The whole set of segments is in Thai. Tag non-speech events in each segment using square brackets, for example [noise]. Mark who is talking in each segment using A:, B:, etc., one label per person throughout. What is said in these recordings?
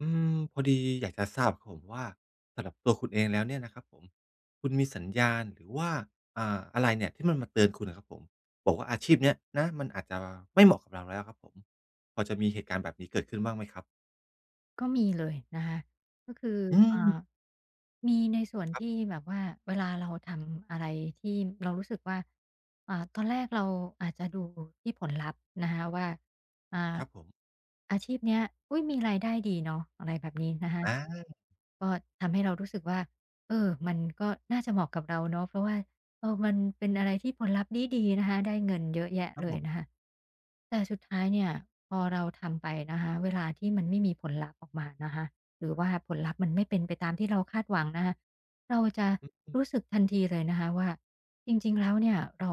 A: อืมพอดีอยากจะทราบครับผมว่าสำหรับตัวคุณเองแล้วเนี่ยนะครับผมคุณมีสัญญาณหรือว่าอะไรเนี่ยที่มันมาเตือนคุณนะครับผมบอกว่าอาชีพเนี้ยนะมันอาจจะไม่เหมาะกับเราแล้วครับผมพอจะมีเหตุการณ์แบบนี้เกิดขึ้นบ้างไหมครับ
B: ก็มีเลยนะคะก็คือ
A: อืม
B: อ่ามีในส่วน
A: ครั
B: ที่
A: บ
B: แบบว่าเวลาเราทำอะไรที่เรารู้สึกว่าตอนแรกเราอาจจะดูที่ผลลัพธ์นะคะว่าอ่า
A: ครับผม
B: อาชีพเนี้ยอุยมีรายได้ดีเนาะอะไรแบบนี้นะคะ
A: อา
B: ก็ทำให้เรารู้สึกว่าเออมันก็น่าจะเหมาะกับเราเนาะเพราะว่า เออมันเป็นอะไรที่ผลลัพธ์ดีๆนะคะได้เงินเยอะแยะ
A: ครับ
B: เล
A: ผ
B: ยนะ
A: ม
B: คะแต่สุดท้ายเนี่ยพอเราทำไปนะคะเวลาที่มันไม่มีผลลัพธ์ออกมานะคะหรือว่าผลลัพธ์มันไม่เป็นไปตามที่เราคาดหวังนะคะเราจะรู้สึกทันทีเลยนะคะว่าจริงๆแล้วเนี่ยเรา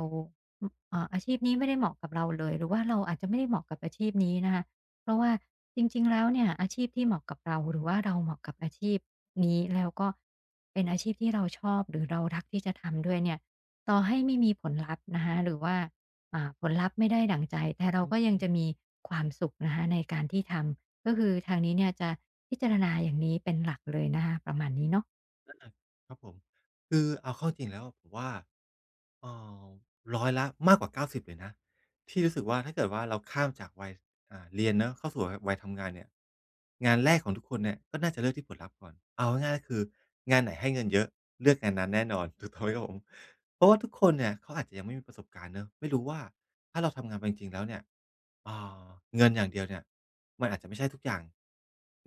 B: อเอ่ออาชีพนี้ไม่ได้เหมาะกับเราเลยหรือว่าเราอาจจะไม่ได้เหมาะกับอาชีพนี้นะคะเพราะว่าจริงๆแล้วเนี่ยอาชีพที่เหมาะกับเราหรือว่าเราเหมาะกับอาชีพนี้แล้วก็เป็นอาชีพที่เราชอบหรือเรารักที่จะทำด้วยเนี่ย ต่อให้ไม่มีผลลัพธ์นะคะหรือว่าผลลัพธ์ไม่ได้ดั่งใจแต่เราก็ยังจะมีความสุขนะคะในการที่ทำก็คือทางนี้เนี่ยจะพิจารณาอย่างนี้เป็นหลักเลยนะคะประมาณนี้เนาะ
A: อาครับผมคือเอาเข้าจริงแล้วะผมว่าเอ่อร้อยละมากกว่า90เลยนะที่รู้สึกว่าถ้าเกิดว่าเราข้ามจากวัยเรียนเนาะเข้าสู่วัยทำงานเนี่ยงานแรกของทุกคนเนี่ยก็น่าจะเลือกที่ผลลัพธ์ก่อนเอาง่ายๆก็คืองานไหนให้เงินเยอะเลือกงานนั้นแน่นอน [laughs] ถูกต้องไหมครับผมเพราะว่าทุกคนเนี่ยเขาอาจจะยังไม่มีประสบการณ์เนาะไม่รู้ว่าถ้าเราทำงานไปจริงๆแล้วเนี่ย อ่าเงินอย่างเดียวเนี่ยมันอาจจะไม่ใช่ทุกอย่าง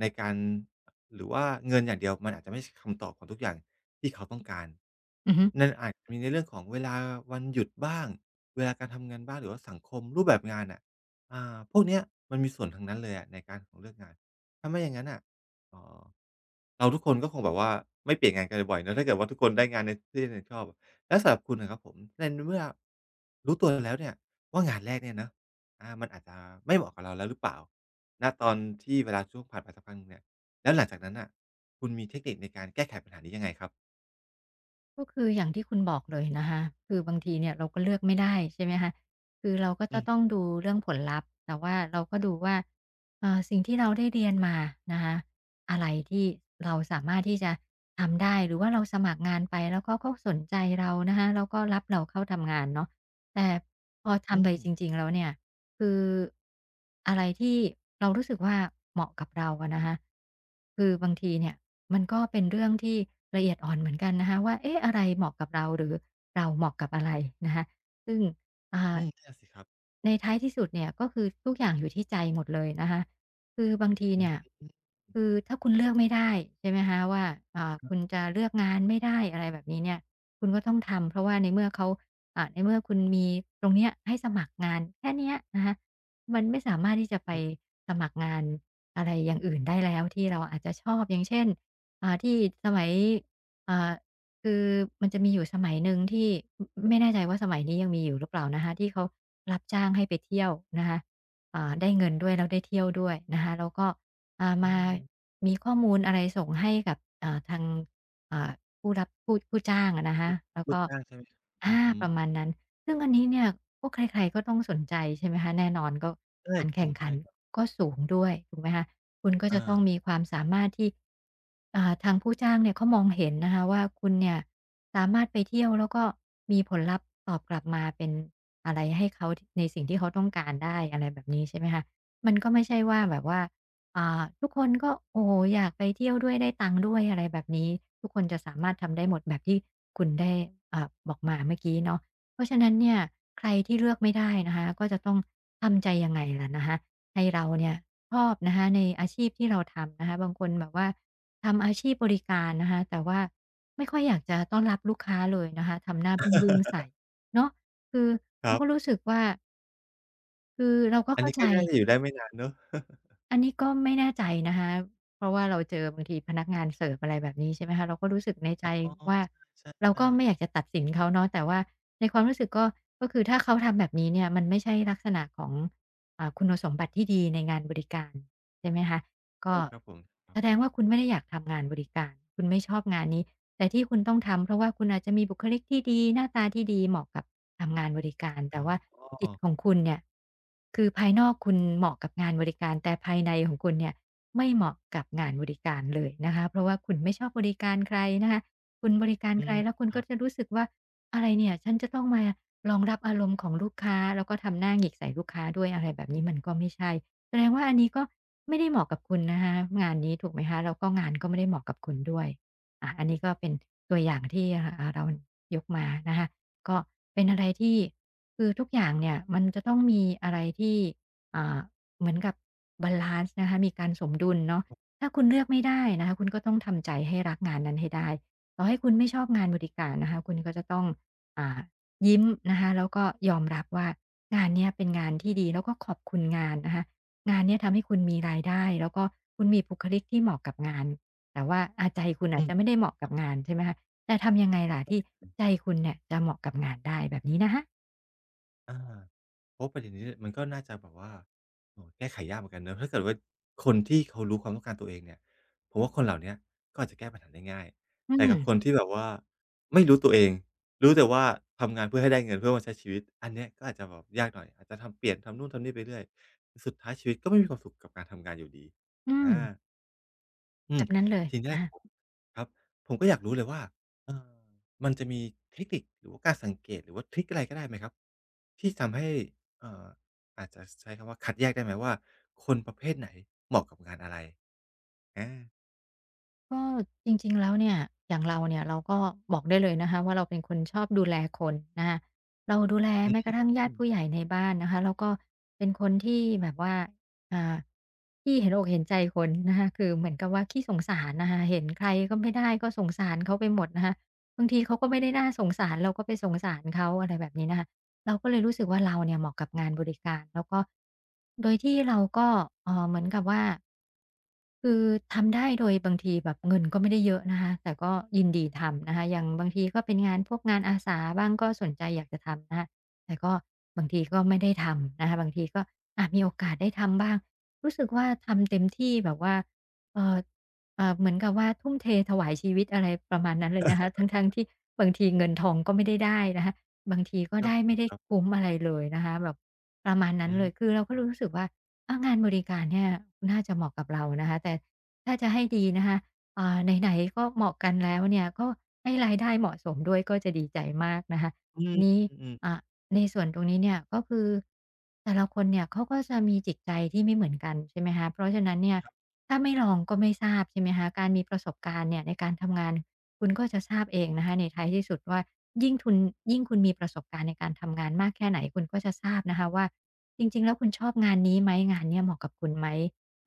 A: ในการหรือว่าเงินอย่างเดียวมันอาจจะไม่ใช่คำตอบของทุกอย่างที่เขาต้องการ
B: อือฮึ
A: นั่นอาจจะมีในเรื่องของเวลาวันหยุดบ้างเวลาการทำงานบ้างหรือว่าสังคมรูปแบบงานน่ะพวกเนี้ยมันมีส่วนทั้งนั้นเลยอะในการของเรื่องงานถ้าไม่อย่างงั้นน่ะเอ่อ เราทุกคนก็คงแบบว่าไม่เปลี่ยนงานกันบ่อยๆเนาะถ้าเกิดว่าทุกคนได้งานในที่ตัวเองชอบอะแล้วสำหรับคุณน่ะครับผมในเมื่อรู้ตัวแล้วเนี่ยว่างานแรกเนี่ยเนาะอามันอาจจะไม่เหมาะกับเราแล้วหรือเปล่าณตอนที่เวลาช่วงผ่านไปสักพักหนึ่งเนี่ยแล้วหลังจากนั้นน่ะคุณมีเทคนิคในการแก้ไขปัญหานี้ยังไงครับ
B: ก็คืออย่างที่คุณบอกเลยนะคะคือบางทีเนี่ยเราก็เลือกไม่ได้ใช่ไหมคะคือเราก็
A: อื
B: จะ
A: ม
B: ต้องดูเรื่องผลลัพธ์แต่ว่าเราก็ดูว่าสิ่งที่เราได้เรียนมานะคะอะไรที่เราสามารถที่จะทำได้หรือว่าเราสมัครงานไปแล้วก็เขาสนใจเรานะคะแล้วก็รับเราเข้าทำงานเนาะแต่พอ
A: อื
B: ทำไป
A: ม
B: จริงๆแล้วเนี่ย คืออะไรที่เรารู้สึกว่าเหมาะกับเราอะนะคะคือบางทีเนี่ยมันก็เป็นเรื่องที่ละเอียดอ่อนเหมือนกันนะคะว่าเอ๊ะอะไรเหมาะกับเราหรือเราเหมาะกับอะไรนะคะซึ่งอ่า
A: อืมนั่นน่ะสิครับ
B: ในท้ายที่สุดเนี่ยก็คือทุกอย่างอยู่ที่ใจหมดเลยนะคะคือบางที
A: อื
B: เนี่
A: ม
B: ย
A: อ
B: คือถ้าคุณเลือกไม่ได้ใช่ไหมคะว่าคุณจะเลือกงานไม่ได้อะไรแบบนี้เนี่ยคุณก็ต้องทำเพราะว่าในเมื่อเขา ในเมื่อคุณมีตรงเนี้ยให้สมัครงานแค่เนี้ยนะคะมันไม่สามารถที่จะไป
A: ือ
B: สมัครงานอะไรอย่างอื่นได้แล้วที่เราอาจจะชอบอย่างเช่นอ่าที่สมัยอ่าคือมันจะมีอยู่สมัยหนึ่งที่อไม่แน่ใจว่าสมัยนี้ยังมีอยู่หรือเปล่านะคะที่เขารับจ้างให้ไปเที่ยวนะคะได้เงินด้วยแล้วได้เที่ยวด้วยนะคะแล้วก็
A: อื
B: มา
A: ม
B: มีข้อมูลอะไรส่งให้กับอ่าทาง อ่าผู้รับผู้จ้างอะนะคะแล้
A: [unintelligible]
B: ว
A: คูก
B: ก็
A: จ้างใช่ไหมอื
B: อา
A: อฮึ
B: ประมาณนั้นซึ่งอันนี้เนี่ยก็ใครๆก็ต้องสนใจใช่ไหมคะแน่นอนก็
A: ใช่
B: การ
A: ครับผ
B: แข่ง
A: ม
B: ขั
A: ใช่
B: น
A: ครับ
B: ก็สูงด้วยถูกไหมคะคุณก็จะ
A: อา
B: ต้องมีความสามารถที่ทางผู้จ้างเนี่ยเขามองเห็นนะคะว่าคุณเนี่ยสามารถไปเที่ยวแล้วก็มีผลลัพธ์ตอบกลับมาเป็นอะไรให้เขาทในสิ่งที่เขาต้องการได้อะไรแบบนี้ใช่ไหมคะมันก็ไม่ใช่ว่าแบบว่า ทุกคนก็โอ้โฮอยากไปเที่ยวด้วยได้ตังค์ด้วยอะไรแบบนี้ทุกคนจะสามารถทำได้หมดแบบที่คุณได้บอกมาเมื่อกี้เนาะเพราะฉะนั้นเนี่ยใครที่เลือกไม่ได้นะคะก็จะต้องทำใจยังไงล่ะนะคะให้เราเนี่ยชอบนะคะในอาชีพที่เราทำนะคะบางคนแบบว่าทำอาชีพบริการนะคะแต่ว่าไม่ค่อยอยากจะต้อนรับลูกค้าเลยนะคะทำหน้าบึ้งๆใส่เนาะคือ
A: ค
B: เรา
A: รั
B: ก็รู้
A: บ
B: สึกว่าคือเราก็
A: อัน
B: เข้า
A: นี้
B: ใจ
A: ก็น่าจะอยู่ได้ไม่นานเนาะ
B: อันนี้ก็ไม่แน่ใจนะคะเพราะว่าเราเจอบางทีพนักงานเสิร์ฟอะไรแบบนี้ใช่ไหมคะเราก็รู้สึกในใจ
A: อ๋อ
B: ว่า
A: ใช
B: เรา
A: ่
B: ก็
A: ๆ
B: ไม่อยาก
A: ๆ
B: จะตัดสินเขาเนาะแต่ว่าในความรู้สึกก็ก็คือถ้าเขาทำแบบนี้เนี่ยมันไม่ใช่ลักษณะของคุณสมบัติที่ดีในงานบริการใช่ไหมคะก็
A: ใช่ครับผม
B: แสดงว่าคุณไม่ได้อยากทำงานบริการคุณไม่ชอบงานนี้ แต่ที่คุณต้องทำเพราะว่าคุณอาจจะมีบุคลิกที่ดีหน้าตาที่ดีเหมาะกับทำงานบริการ
A: อ๋
B: แต่ว่า
A: อ
B: จิตของคุณเนี่ยคือภายนอกคุณเหมาะกับงานบริการแต่ภายในของคุณเนี่ยไม่เหมาะกับงานบริการเลยนะคะเพราะว่าคุณไม่ชอบบริการใครนะคะคุณบริการ
A: อื
B: ใคร
A: ม
B: แล้วคุณ
A: ครั
B: ก็
A: บ
B: จะรู้สึกว่าอะไรเนี่ยฉันจะต้องมารองรับอารมณ์ของลูกค้าแล้วก็ทำหน้าหงิกใส่ลูกค้าด้วยอะไรแบบนี้มันก็ไม่ใช่แสดงว่าอันนี้ก็ไม่ได้เหมาะกับคุณนะคะงานนี้ถูกไหมคะแล้วก็งานก็ไม่ได้เหมาะกับคุณด้วย อ่ะอันนี้ก็เป็นตัวอย่างที่เรายกมานะคะก็เป็นอะไรที่คือทุกอย่างเนี่ยมันจะต้องมีอะไรที่อ่าเหมือนกับบาลานซ์นะคะมีการสมดุลเนาะถ้าคุณเลือกไม่ได้นะคะคุณก็ต้องทำใจให้รักงานนั้นให้ได้ต่อให้คุณไม่ชอบงานบริการนะคะคุณก็จะต้องอ่ายิ้มนะคะแล้วก็ยอมรับว่างานเนี้ยเป็นงานที่ดีแล้วก็ขอบคุณงานนะคะงานเนี้ยทำให้คุณมีรายได้แล้วก็คุณมีบุคลิกที่เหมาะกับงาน แต่ว่าอาใจคุณอา
A: อื
B: จ
A: ม
B: จะไม่ได้เหมาะ
A: ค
B: กับ
A: รับ
B: งานใช่ไหมคะแต่ทำยังไงล่ะที่ใจคุณเนี่ยจะเหมาะกับงานได้แบบนี้นะคะ
A: อาเพราะประเด็นนี้เนี่ยมันก็น่าจะแบบว่าโอ้โฮแก้ไขยากเหมือนกันเนาะถ้าเกิดว่าคนที่เขารู้ความต้องการตัวเองเนี่ยผมว่าคนเหล่าเนี้ยก็อาจจะแก้ปัญหาได้ง่าย
B: อื
A: แต่
B: ม
A: กับคนที่แบบว่าไม่รู้ตัวเอง รู้แต่ว่าทำงานเพื่อให้ได้เงินเพื่อมาใช้ชีวิต อันเนี้ยก็อาจจะแบบยากหน่อยอาจจะทำเปลี่ยนทำนู่นทำนี่ไปเรื่อยสุดท้ายชีวิตก็ไม่มีความสุขกับการทำงานอยู่ดี
B: อืม
A: อา อื
B: แบ
A: ม
B: บนั้นเลย
A: ทีเนี้
B: อะ
A: ย
B: ฮะ
A: ผมครับผมก็อยากรู้เลยว่าเอ่อมันจะมีเทคนิคหรือว่าการสังเกตหรือว่าทริกอะไรก็ได้ไหมครับที่ทำให้เอ่ออาจจะใช้คำว่าคัดแยกได้ไหมว่าคนประเภทไหนเหมาะกับงานอะไรอา
B: ก็จริงๆแล้วเนี่ยอย่างเราเนี่ยเราก็บอกได้เลยนะคะว่าเราเป็นคนชอบดูแลคนนะคะเราดูแล
A: อื
B: แม้ก
A: ม
B: ระทั่งญาติผู้ใหญ่ในบ้านนะคะแล้วก็เป็นคนที่แบบว่าอ่าที่เห็นอกเห็นใจคนนะคะคือเหมือนกับว่าขี้สงสารนะคะเห็นใครก็ไม่ได้ก็สงสารเขาไปหมดนะคะบางทีเขาก็ไม่ได้น่าสงสารเราก็ไปสงสารเขาอะไรแบบนี้นะคะ เราก็เลยรู้สึกว่าเราเนี่ยเหมาะกับงานบริการแล้วก็โดยที่เราก็เหมือนกับว่าคือทำได้โดยบางทีแบบเงินก็ไม่ได้เยอะนะคะแต่ก็ยินดีทำนะคะอย่างบางทีก็เป็นงานพวกงานอาสาบ้างก็สนใจอยากจะทำนะคะแต่ก็บางทีก็ไม่ได้ทำนะคะบางทีก็อะมีโอกาสได้ทำบ้างรู้สึกว่าทำเต็มที่แบบว่าเอ่อเหมือนกับว่าทุ่มเทถวายชีวิตอะไรประมาณนั้นเลยนะคะทั้งๆที่บางทีเงินทองก็ไม่ได้ได้นะคะ บางทีก็
A: ครับ
B: ได้
A: ผ
B: ไม่
A: ม
B: ได้
A: ครับ
B: คุ้มอะไรเลยนะคะแบบประมาณนั้
A: อื
B: นเลย
A: ม
B: คือเราก็รู้สึกว่าอางานบริการเนี่ยน่าจะเหมาะกับเรานะคะแต่ถ้าจะให้ดีนะคะไหนๆก็เหมาะกันแล้วเนี่ยก็ให้รายได้เหมาะสมด้วยก็จะดีใจมากนะคะ
A: อื
B: ที
A: ม
B: นี้
A: อืม
B: อ่าในส่วนตรงนี้เนี่ยก็คือแต่ละคนเนี่ยเขาก็จะมีจิตใจที่ไม่เหมือนกันใช่ไหมคะเพราะฉะนั้นเนี่ยถ้าไม่ลองก็ไม่ทราบใช่ไหมคะการมีประสบการณ์เนี่ยในการทำงาน คุณก็จะทราบเองนะคะในท้ายที่สุดว่ายิ่งทุนยิ่งคุณมีประสบการณ์ในการทำงานมากแค่ไหนคุณก็จะทราบนะคะว่าจริงๆแล้วคุณชอบงานนี้ไหมงานเนี้ยเหมาะกับคุณไหม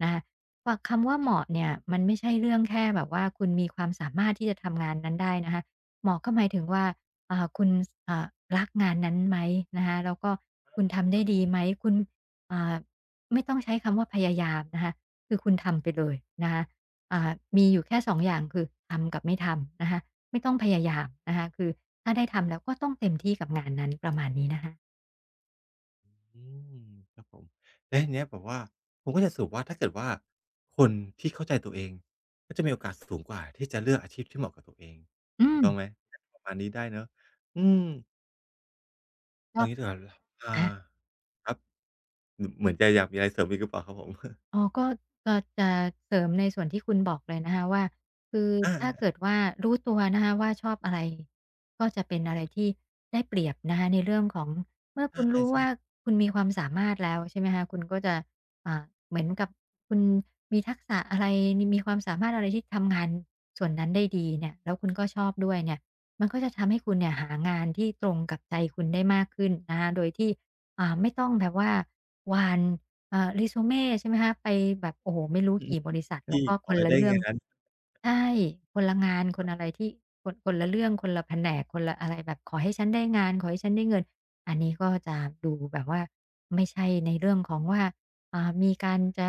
B: นะคะว่าคำว่าเหมาะเนี่ยมันไม่ใช่เรื่องแค่แบบว่าคุณมีความสามารถที่จะทำงานนั้นได้นะคะเหมาะก็หมายถึงว่าคุณอ่ารักงานนั้นไหมนะคะแล้วก็คุณทำ
A: ๆค
B: ได้
A: รับผ
B: ดี
A: ม
B: ไหมคุณอ่าไม่ต้องใช้คำว่าพยายามนะคะคือคุณทำไปเลยนะคะ อ่ามีอยู่แค่สองอย่างคือทำกับไม่ทำนะคะไม่ต้องพยายามนะคะคือถ้าได้ทำแล้วก็ต้องเต็มที่กับงานนั้นประมาณนี้นะคะ
A: อืมครับผมแล้วทีเนี้ยแบบว่าผมก็จะสรุปว่าถ้าเกิดว่าคนที่เข้าใจตัวเองก็จะมีโอกาสสูงกว่าที่จะเลือกอาชีพที่เหมาะกับตัวเอง
B: อื
A: ถูก
B: ม
A: ต้องไหมน่าจะประมาณนี้ได้เนาะอืม
B: ก็
A: เอางี้ดีกว่าลอ่า
B: อา
A: ครับเหมือนจะอยากมีอะไรเสริมอีกหรือเปล่าครับผม
B: อ๋อก็จะเสริมในส่วนที่คุณบอกเลยนะคะว่าคือถ้า
A: [laughs] อ
B: เกิดว่ารู้ตัวนะคะว่าชอบอะไรก็จะเป็นอะไรที่ได้เปรียบนะคะในเรื่องของเมื่อคุ
A: า
B: ณรู้
A: ๆใช่
B: ว่าคุณมีความสามารถแล้วใช่ไหมคะคุณก็จะอ่าเหมือนกับคุณมีทักษะอะไรนมีความสามารถอะไรที่ทำงานส่วนนั้นได้ดีเนี่ยแล้วคุณก็ชอบด้วยเนี่ยมันก็จะทำให้คุณเนี่ยหางานที่ตรงกับใจคุณได้มากขึ้นนะคะโดยที่ไม่ต้องแบบว่าวาน resume ใช่ไหมคะไปแบบโอ้โฮไม่รู้
A: ๆอือ
B: กี่บริษัทแล้ว
A: ที่
B: ก็
A: ข
B: ค
A: อ
B: น
A: ให้
B: ละ
A: ได้
B: เรื่อง
A: งาน
B: ใช่คนละงานคนอะไรที่คนคนละเรื่องคนละแผนกคนละอะไรแบบขอให้ฉันได้งานขอให้ฉันได้เงินอันนี้ก็จะดูแบบว่าไม่ใช่ในเรื่องของว่ามีการจะ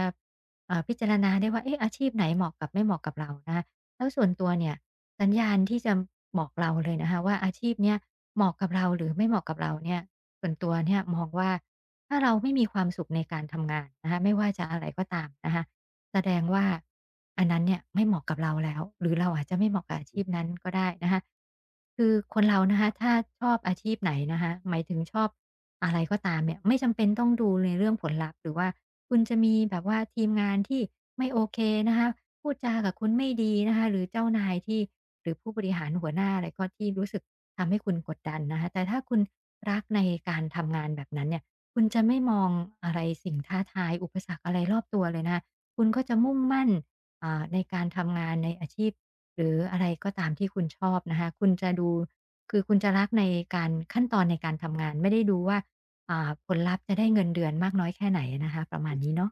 B: พิจารณาได้ว่าเอ๊ะอาชีพไหนเหมาะกับไม่เหมาะกับเรานะคะแล้วส่วนตัวเนี่ยสัญญาณที่จะบอกเราเลยนะคะว่าอาชีพเนี้ยเหมาะกับเราหรือไม่เหมาะกับเราเนี่ยส่วนตัวเนี่ยมองว่า ถ้าเราไม่มีความสุขในการทำงานนะคะไม่ว่าจะอะไรก็ตามนะคะแสดงว่าอันนั้นเนี่ยไม่เหมาะกับเราแล้วหรือเราอาจจะไม่เหมาะกับอาชีพนั้นก็ได้นะคะคือคนเรานะคะถ้าชอบอาชีพไหนนะคะหมายถึงชอบอะไรก็ตามเนี่ยไม่จำเป็นต้องดูในเรื่องผลลัพธ์หรือว่าคุณจะมีแบบว่าทีมงานที่ไม่โอเคนะคะพูดจากับคุณไม่ดีนะคะหรือเจ้านายที่หรือผู้บริหารหัวหน้าอะไรก็ที่รู้สึกทำให้คุณกดดันนะคะแต่ถ้าคุณรักในการทำงานแบบนั้นเนี่ย คุณจะไม่มองอะไรสิ่งท้าทายอุปสรรคอะไรรอบตัวเลยนะคะคุณก็จะมุ่งมั่นในการทำงานในอาชีพหรืออะไรก็ตามที่คุณชอบนะคะคุณจะดูคือคุณจะรักในการขั้นตอนในการทำงานไม่ได้ดูว่าผลลัพธ์จะได้เงินเดือนมากน้อยแค่ไหนนะคะประมาณนี้เนาะ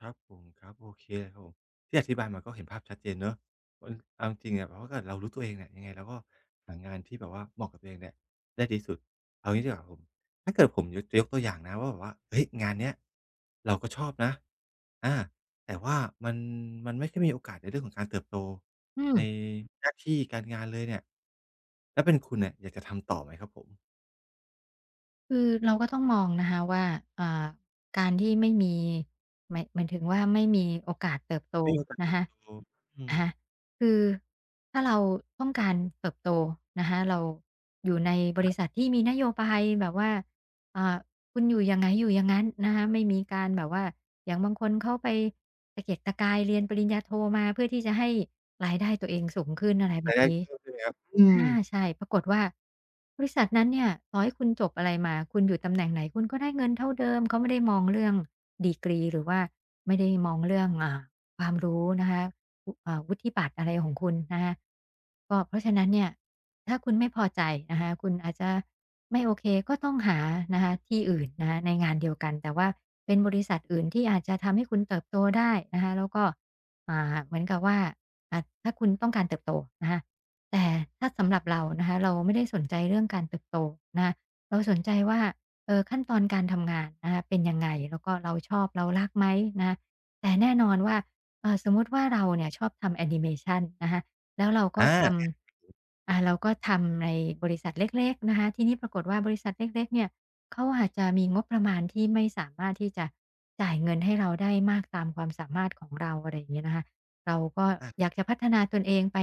A: ครับผมครับโอเคเลยครับผมที่อธิบายมาก็เห็นภาพชัดเจนเนาะเอ่เอาจริงๆอะแบบว่าถ้าเกิดเรารู้ตัวเองเนี่ยยังไงเราก็หางานที่แบบว่าเหมาะกับตัวเองเนี่ยได้ดีที่สุดเอางี้ดีกว่าครับผมถ้าเกิดผมยกจะยกตัวอย่างนะว่าแบบว่าเฮ้ยงานเนี้ยเราก็ชอบนะอาแต่ว่ามันมันไม่ค่อยมีโอกาสในเรื่องของการเติบโต
B: อืม
A: ในหน้าที่การงานเลยเนี่ยถ้าเป็นคุณเนี่ยอยากจะทำต่อไหมครับผม
B: คือเราก็ต้องมองนะคะว่าอ่าการที่ไม่มีหมายถึงว่าไม่มีโอกาสเติบโต
A: ไม่มีโอกาส
B: นะ
A: เติบ
B: คะ
A: โตอืม
B: นะคะคือถ้าเราต้องการเติบโตนะคะเราอยู่ในบริษัทที่มีนโยบายแบบว่าอ่าคุณอยู่ยังไงอยู่อย่างงั้นนะคะไม่มีการแบบว่าอย่างบางคนเขาไปตะเกียกตะกายเรียนปริญญาโทมาเพื่อที่จะให้รายได้ตัวเองสูงขึ้นอะไรแบ
A: ราย
B: บ
A: ได้
B: นี้
A: เพิ่มใช่ไหมครับอืม
B: อาใช่ปรากฏว่าบริษัทนั้นเนี่ยต่อให้คุณจบอะไรมาคุณอยู่ตำแหน่งไหนคุณก็ได้เงินเท่าเดิมเขาไม่ได้มองเรื่องดีกรีหรือว่าไม่ได้มองเรื่องความรู้นะคะวุอ่าวุฒิบัตรอะไรของคุณนะคะก็เพราะฉะนั้นเนี่ยถ้าคุณไม่พอใจนะคะคุณอาจจะไม่โอเคก็ต้องหานะคะที่อื่นนะคะในงานเดียวกันแต่ว่าเป็นบริษัทอื่นที่อาจจะทำให้คุณเติบโตได้นะคะแล้วก็เหมือนกับว่าถ้าคุณต้องการเติบโตนะคะ แต่ถ้าสำหรับเรานะคะเราไม่ได้สนใจเรื่องการเติบโตนะคะเราสนใจว่าเออขั้นตอนการทำงานนะคะเป็นยังไงแล้วก็เราชอบเรารักไหมนะคะแต่แน่นอนว่าสมมุติว่าเราเนี่ยชอบทำแอนิเมชันนะคะแล้วเราก็
A: อา
B: ทำในบริษัทเล็กๆนะคะทีนี้ปรากฏว่าบริษัทเล็กๆเนี่ยเขาอาจจะมีงบประมาณที่ไม่สามารถที่จะจ่ายเงินให้เราได้มากตามความสามารถของเราอะไรอย่างเงี้ยนะคะ เราก็อยา
A: อา
B: กจะพัฒนาตนเองไป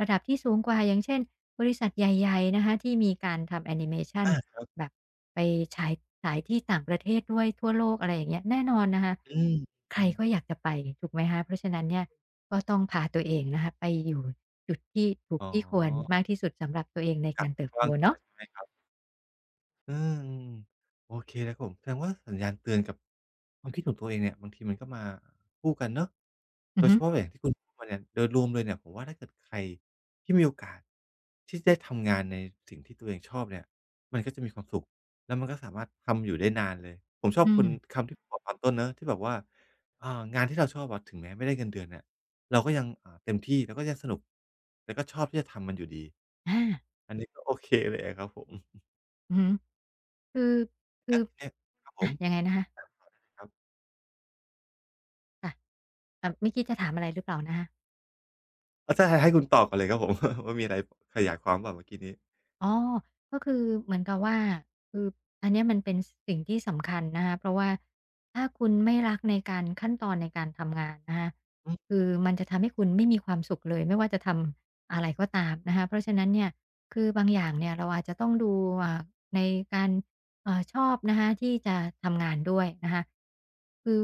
B: ระดับที่สูงกว่าอย่างเช่นบริษัทใหญ่ๆนะคะที่มีการทำแอนิเมชัน
A: อาครั
B: แบ
A: บ
B: บไปฉายฉายที่ต่างประเทศด้วยทั่วโลกอะไรอย่างเงี้ยแน่นอนนะคะ
A: อืม
B: ใค
A: อื
B: ร
A: ม
B: ก็อยากจะไปถูกไหมคะเพราะฉะนั้นเนี่ยก็ต้องพาตัวเองนะคะไปอยู่จุดที่ถูก
A: อ๋อ
B: ที่ควรมากที่สุดสำหรับตัวเอง
A: โอ
B: ใน
A: กา
B: กา
A: ส
B: รเติบ
A: ก
B: โต
A: ว้างกว่า
B: เนาะ
A: ใช่ไหมครับ อืมโอเคเลยครับผมแสดงว่าสัญญาณเตือนกับความคิดของตัวเองเนี่ยบางทีมันก็มาคู่กันเนาะ
B: อื
A: โด
B: อ
A: ย
B: ฮึ
A: เฉพาะอย่างที่คุณพูดมาเนี่ยโดยรวมเลยเนี่ยผมว่าถ้าเกิดใครที่มีโอกาสที่ได้ทำงานในสิ่งที่ตัวเองชอบเนี่ยมันก็จะมีความสุขแล้วมันก็สามารถทำอยู่ได้นานเลยผมชอ
B: อื
A: บคุ
B: ม
A: ณคำที่คุณบอกตอนต้นเนาะที่แบบว่าอ่างานที่เราชอบอะถึงแม้ไม่ได้เงินเดือนเนี่ยเราก็ยังเต็มที่แล้วก็ยังสนุกแล้วก็ชอบที่จะทำมันอยู่ดี
B: อา
A: อันนี้ก็โอเคเลยอะครับผม
B: อือฮึคือคื
A: แล้
B: อ
A: วทีเนี้ยครับผ
B: อะ
A: ม
B: ยังไงนะคะค่ะเมื่อกี้จะถามอะไรหรือเปล่านะคะ
A: อาใช่ให้คุณตอบก่อนเลยครับผม [laughs] ว่ามีอะไรขยายความเปล่าเมื่อกี้นี้
B: อ๋อก็คือเหมือนกับว่าคืออันเนี้ยมันเป็นสิ่งที่สำคัญนะคะเพราะว่าถ้าคุณไม่รักในการขั้นตอนในการทำงานนะคะ
A: อืม
B: คือมันจะทำให้คุณไม่มีความสุขเลยไม่ว่าจะทำอะไรก็ตามนะคะเพราะฉะนั้นเนี่ยคือบางอย่างเนี่ยเราอาจจะต้องดูอ่าในการชอบนะคะที่จะทำงานด้วยนะคะคือ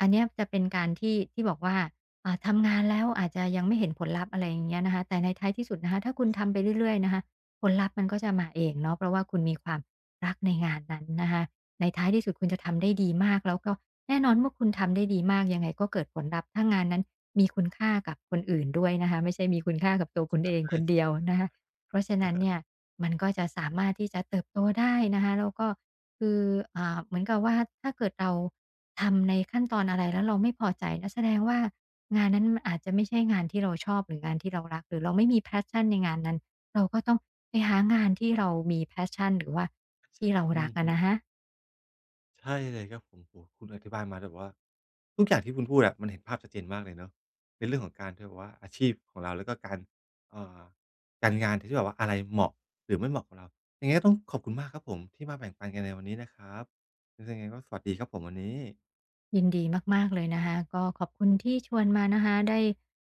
B: อันเนี้ยจะเป็นการที่ที่บอกว่าทำงานแล้วอาจจะยังไม่เห็นผลลัพธ์อะไรอย่างเงี้ยนะคะแต่ในท้ายที่สุดนะคะถ้าคุณทำไปเรื่อยๆนะคะ ผลลัพธ์มันก็จะมาเองเนาะเพราะว่าคุณมีความรักในงานนั้นนะคะในท้ายที่สุดคุณจะทำได้ดีมากแล้วก็แน่นอนเมื่อคุณทำได้ดีมากยังไงก็เกิดผลลัพธ์ถ้างานนั้นมีคุณค่ากับคนอื่นด้วยนะคะไม่ใช่มีคุณค่ากับตัวคุณเองค
A: ใช่
B: นเดียวนะคะเพราะฉะนั้น
A: ๆ
B: เนี่ยมันก็จะสามารถที่จะเติบโตได้นะคะแล้วก็คือเหมือนกับว่าถ้าเกิดเราทำในขั้นตอนอะไรแล้วเราไม่พอใจนะแสดงว่างานนั้นมันอาจจะไม่ใช่งานที่เราชอบหรืองานที่เรารักหรือเราไม่มี passion ในงานนั้น เราก็ต้องไปหางานที่เรามี passion หรือว่าที่เรา
A: อื
B: รัก
A: อ
B: อะ
A: ฮึ
B: นะคะ
A: ใช่เลยครับผมโอ้โฮคุณอธิบายมาแบบว่าทุกอย่างที่คุณพูดอะมันเห็นภาพชัดเจนมากเลยเนาะในเรื่องของการที่แบบว่าอาชีพของเราแล้วก็การเอ่อการงานที่แบบว่าอะไรเหมาะหรือไม่เหมาะกับเรายังไงก็ต้องขอบคุณมากครับผมที่มาแบ่งปันกันในวันนี้นะครับยังไงก็สวัสดีครับผมวันนี้
B: ยินดีมากๆเลยนะคะก็ขอบคุณที่ชวนมานะคะได้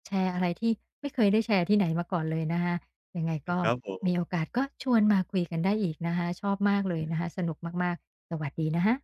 B: แชร์อะไรที่ไม่เคยได้แชร์ที่ไหนมาก่อนเลยนะคะยังไง
A: ได้
B: ก็
A: ครับผ
B: มีโอ
A: ม
B: กาสก็ชวนมาคุยกันได้อีกนะคะชอบมากเลยนะคะสนุกมากๆสวัสดีนะคะ